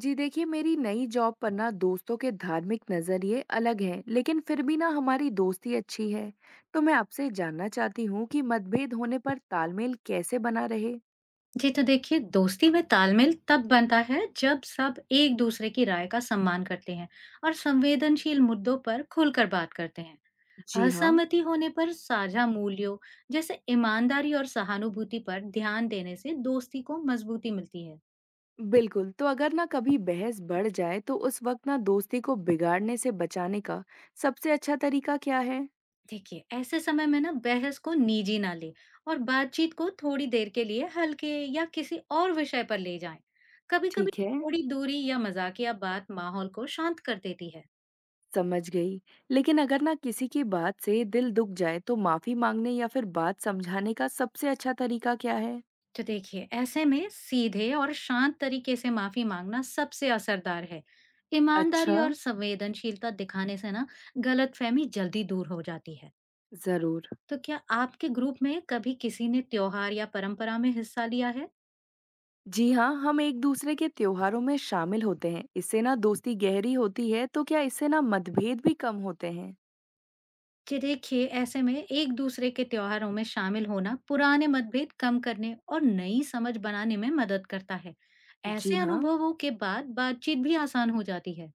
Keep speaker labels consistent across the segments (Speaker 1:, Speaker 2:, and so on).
Speaker 1: जी देखिए, मेरी नई जॉब पर ना दोस्तों के धार्मिक नज़रिए अलग हैं, लेकिन फिर भी ना हमारी दोस्ती अच्छी है। तो मैं आपसे जानना चाहती हूँ कि मतभेद होने पर तालमेल कैसे बना रहे।
Speaker 2: जी तो देखिए, दोस्ती में तालमेल तब बनता है जब सब एक दूसरे की राय का सम्मान करते हैं और संवेदनशील मुद्दों पर खुलकर बात करते हैं।
Speaker 1: जी हाँ।
Speaker 2: असहमति होने पर साझा मूल्यों जैसे ईमानदारी और सहानुभूति पर ध्यान देने से दोस्ती को मजबूती मिलती है।
Speaker 1: बिल्कुल, तो अगर ना कभी बहस बढ़ जाए तो उस वक्त ना दोस्ती को बिगाड़ने से बचाने का सबसे अच्छा तरीका क्या है?
Speaker 2: देखिए, ऐसे समय में ना बहस को निजी ना ले और बातचीत को थोड़ी देर के लिए हल्के या किसी और विषय पर ले जाएं। कभी-कभी
Speaker 1: ठीक है।
Speaker 2: थोड़ी दूरी या मजाकिया बात माहौल को शांत कर देती है।
Speaker 1: समझ गई। लेकिन अगर ना किसी की बात से दिल दुख जाए तो माफी मांगने या फिर बात समझाने का सबसे अच्छा तरीका क्या है?
Speaker 2: तो देखिए, ऐसे में सीधे और शांत तरीके से माफी मांगना सबसे असरदार है।
Speaker 1: अच्छा।
Speaker 2: ईमानदारी और संवेदनशीलता दिखाने से ना गलतफहमी जल्दी दूर हो जाती है।
Speaker 1: जरूर।
Speaker 2: तो क्या आपके ग्रुप में कभी किसी ने त्योहार या परंपरा में हिस्सा लिया है?
Speaker 1: जी हाँ, हम एक दूसरे के त्योहारों में शामिल होते हैं, इससे ना दोस्ती गहरी होती है। तो क्या इससे ना मतभेद भी कम होते हैं?
Speaker 2: जी देखिए, ऐसे में एक दूसरे के त्योहारों में शामिल होना पुराने मतभेद कम करने और नई समझ बनाने में मदद करता है।
Speaker 1: जी
Speaker 2: ऐसे
Speaker 1: हाँ।
Speaker 2: अनुभवों के बाद बातचीत भी आसान हो जाती है।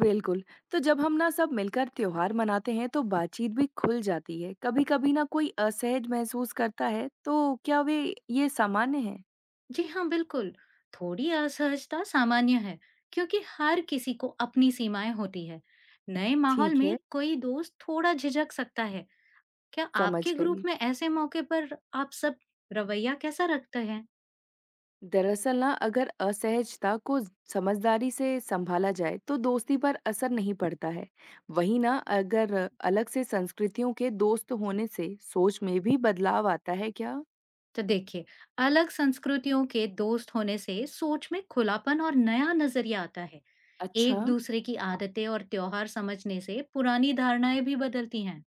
Speaker 1: बिल्कुल। तो जब हम ना सब मिलकर त्योहार मनाते हैं तो बातचीत भी खुल जाती है। कभी कभी ना कोई असहज महसूस करता है, तो क्या वे ये सामान्य है?
Speaker 2: जी हाँ, बिल्कुल। थोड़ी असहजता सामान्य है, क्योंकि हर किसी को अपनी सीमाएं होती है। नए माहौल
Speaker 1: ठीक है।
Speaker 2: में कोई दोस्त थोड़ा झिझक सकता है। क्या
Speaker 1: समझ
Speaker 2: आपके ग्रुप
Speaker 1: गई।
Speaker 2: में ऐसे मौके पर आप सब रवैया कैसा रखते हैं?
Speaker 1: दरअसल ना अगर असहजता को समझदारी से संभाला जाए तो दोस्ती पर असर नहीं पड़ता है। वहीं ना अगर अलग से संस्कृतियों के दोस्त होने से सोच में भी बदलाव आता है क्या?
Speaker 2: तो देखिए, अलग संस्कृतियों के दोस्त होने से सोच में खुलापन और नया नजरिया आता है।
Speaker 1: अच्छा।
Speaker 2: एक दूसरे की आदतें और त्योहार समझने से पुरानी धारणाएं भी बदलती हैं।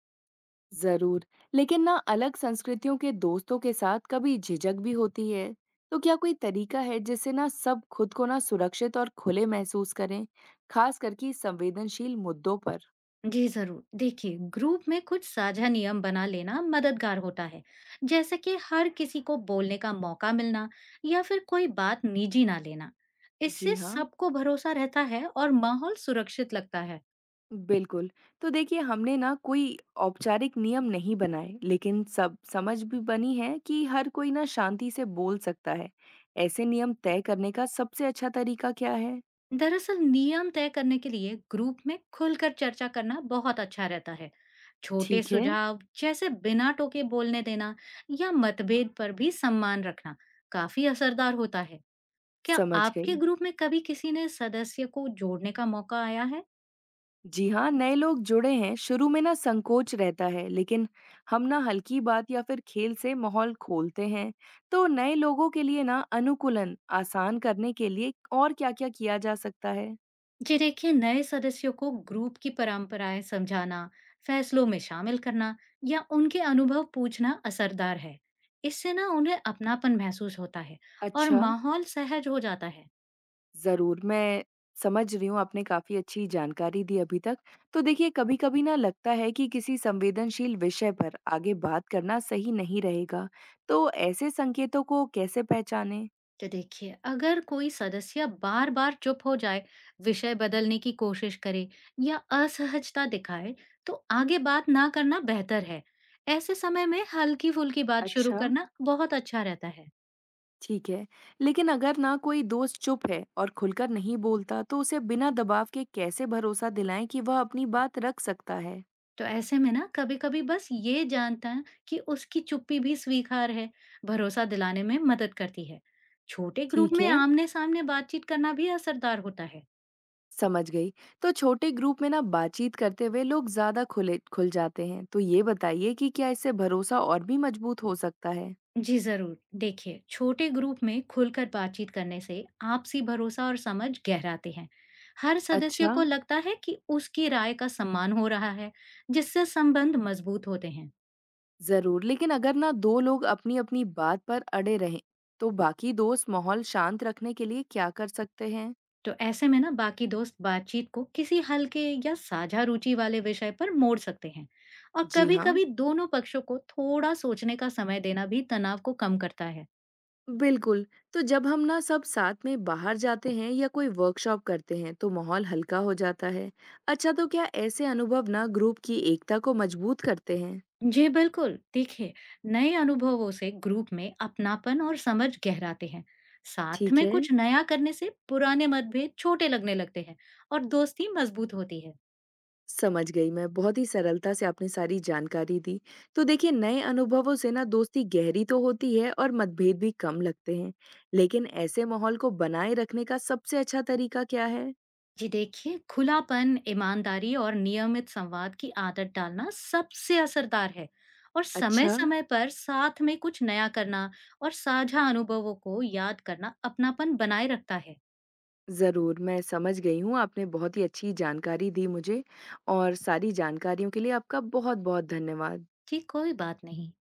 Speaker 1: जरूर। लेकिन ना अलग संस्कृतियों के दोस्तों के साथ कभी झिझक भी होती है। तो क्या कोई तरीका है जिससे ना सब खुद को ना सुरक्षित और खुले महसूस करें, खास करके संवेदनशील मुद्दों पर?
Speaker 2: जी जरूर, देखिए, ग्रुप में कुछ साझा नियम बना लेना मददगार होता है, जैसे कि हर किसी को बोलने का मौका मिलना या फिर कोई बात निजी ना लेना।
Speaker 1: जी
Speaker 2: इससे
Speaker 1: हाँ,
Speaker 2: सबको भरोसा रहता है और माहौल सुरक्षित लगता है।
Speaker 1: बिल्कुल। तो देखिए, हमने ना कोई औपचारिक नियम नहीं बनाए, लेकिन सब समझ भी बनी है कि हर कोई ना शांति से बोल सकता है। ऐसे नियम तय करने का सबसे अच्छा तरीका क्या है?
Speaker 2: दरअसल नियम तय करने के लिए ग्रुप में खुलकर चर्चा करना बहुत अच्छा रहता है। छोटे
Speaker 1: ठीक है,
Speaker 2: सुझाव जैसे बिना टोके बोलने देना या मतभेद पर भी सम्मान रखना काफी असरदार होता है। क्या
Speaker 1: समझ गई।
Speaker 2: आपके ग्रुप में कभी किसी ने सदस्य को जोड़ने का मौका आया है?
Speaker 1: जी हाँ, नए लोग जुड़े हैं, शुरू में ना संकोच रहता है, लेकिन हम ना हल्की बात या फिर खेल से माहौल खोलते हैं। तो नए लोगों के लिए ना अनुकूलन आसान करने के लिए और क्या-क्या किया जा सकता है?
Speaker 2: जी देखिए, नए सदस्यों को ग्रुप की परंपराएं समझाना, फैसलों में शामिल करना या उनके अनुभव पूछना असरदार है। इससे ना उन्हें अपनापन महसूस होता है और
Speaker 1: अच्छा।
Speaker 2: माहौल सहज हो जाता है।
Speaker 1: ज़रूर, मैं समझ रही हूँ, आपने काफ़ी अच्छी जानकारी दी अभी तक। तो देखिए, कभी-कभी ना लगता है कि किसी संवेदनशील विषय पर आगे बात करना सही नहीं रहेगा, तो ऐसे संकेतों को कैसे पहचानें?
Speaker 2: तो देखिए, अगर कोई सदस्य बार बार चुप हो जाए, विषय बदलने की कोशिश करे या असहजता दिखाए, तो आगे बात ना करना बेहतर है। ऐसे समय में हल्की फुल्की बात शुरू
Speaker 1: अच्छा।
Speaker 2: करना बहुत अच्छा रहता है।
Speaker 1: ठीक है, लेकिन अगर ना कोई दोस्त चुप है और खुलकर नहीं बोलता, तो उसे बिना दबाव के कैसे भरोसा दिलाएँ कि वह अपनी बात रख सकता है?
Speaker 2: तो ऐसे में ना कभी कभी बस ये जानता है कि उसकी चुप्पी भी स्वीकार है, भरोसा दिलाने में मदद करती है। छोटे ग्रुप
Speaker 1: ठीक
Speaker 2: में
Speaker 1: है।
Speaker 2: आमने सामने बातचीत करना भी असरदार होता है।
Speaker 1: समझ गई। तो छोटे ग्रुप में ना बातचीत करते हुए लोग ज़्यादा खुले खुल जाते हैं। तो ये बताइए कि क्या इससे भरोसा और भी मजबूत हो सकता है?
Speaker 2: जी जरूर, देखिए, छोटे ग्रुप में खुलकर बातचीत करने से आपसी भरोसा और समझ गहराते हैं। हर सदस्य
Speaker 1: अच्छा।
Speaker 2: को लगता है कि उसकी राय का सम्मान हो रहा है, जिससे संबंध मजबूत होते हैं।
Speaker 1: ज़रूर, लेकिन अगर ना दो लोग अपनी-अपनी बात पर अड़े रहें, तो बाकी दोस्त माहौल शांत रखने के लिए क्या कर सकते हैं?
Speaker 2: तो ऐसे में ना बाकी दोस्त बातचीत को किसी हल्के या साझा रुचि वाले विषय पर मोड़ सकते हैं, और
Speaker 1: जी हाँ,
Speaker 2: कभी-कभी दोनों पक्षों को थोड़ा सोचने का समय देना भी तनाव को कम करता है।
Speaker 1: बिल्कुल। तो जब हम ना सब साथ में बाहर जाते हैं या कोई वर्कशॉप करते हैं, तो माहौल हल्का हो जाता है। अच्छा, तो क्या ऐसे अनुभव ना ग्रुप की एकता को मजबूत करते हैं?
Speaker 2: जी बिल्कुल, देखिए, नए अनुभवों से ग्रुप में अपनापन और समझ गहराते हैं। साथ
Speaker 1: ठीक
Speaker 2: में
Speaker 1: है,
Speaker 2: कुछ नया करने से पुराने मतभेद छोटे लगने लगते हैं और दोस्ती मजबूत होती है।
Speaker 1: समझ गई मैं। बहुत ही सरलता से आपने सारी जानकारी दी। तो देखिए, नए अनुभवों से ना दोस्ती गहरी तो होती है और मतभेद भी कम लगते हैं। लेकिन ऐसे माहौल को बनाए रखने का सबसे अच्छा तरीका क्या है?
Speaker 2: जी देखिए, खुलापन, ईमानदारी और नियमित संवाद की आदत डालना सबसे असरदार है। और समय
Speaker 1: अच्छा,
Speaker 2: समय पर साथ में कुछ नया करना और साझा अनुभवों को याद करना अपनापन बनाए रखता है।
Speaker 1: ज़रूर मैं समझ गई हूँ। आपने बहुत ही अच्छी जानकारी दी मुझे और सारी जानकारियों के लिए आपका बहुत-बहुत धन्यवाद।
Speaker 2: जी कोई बात नहीं।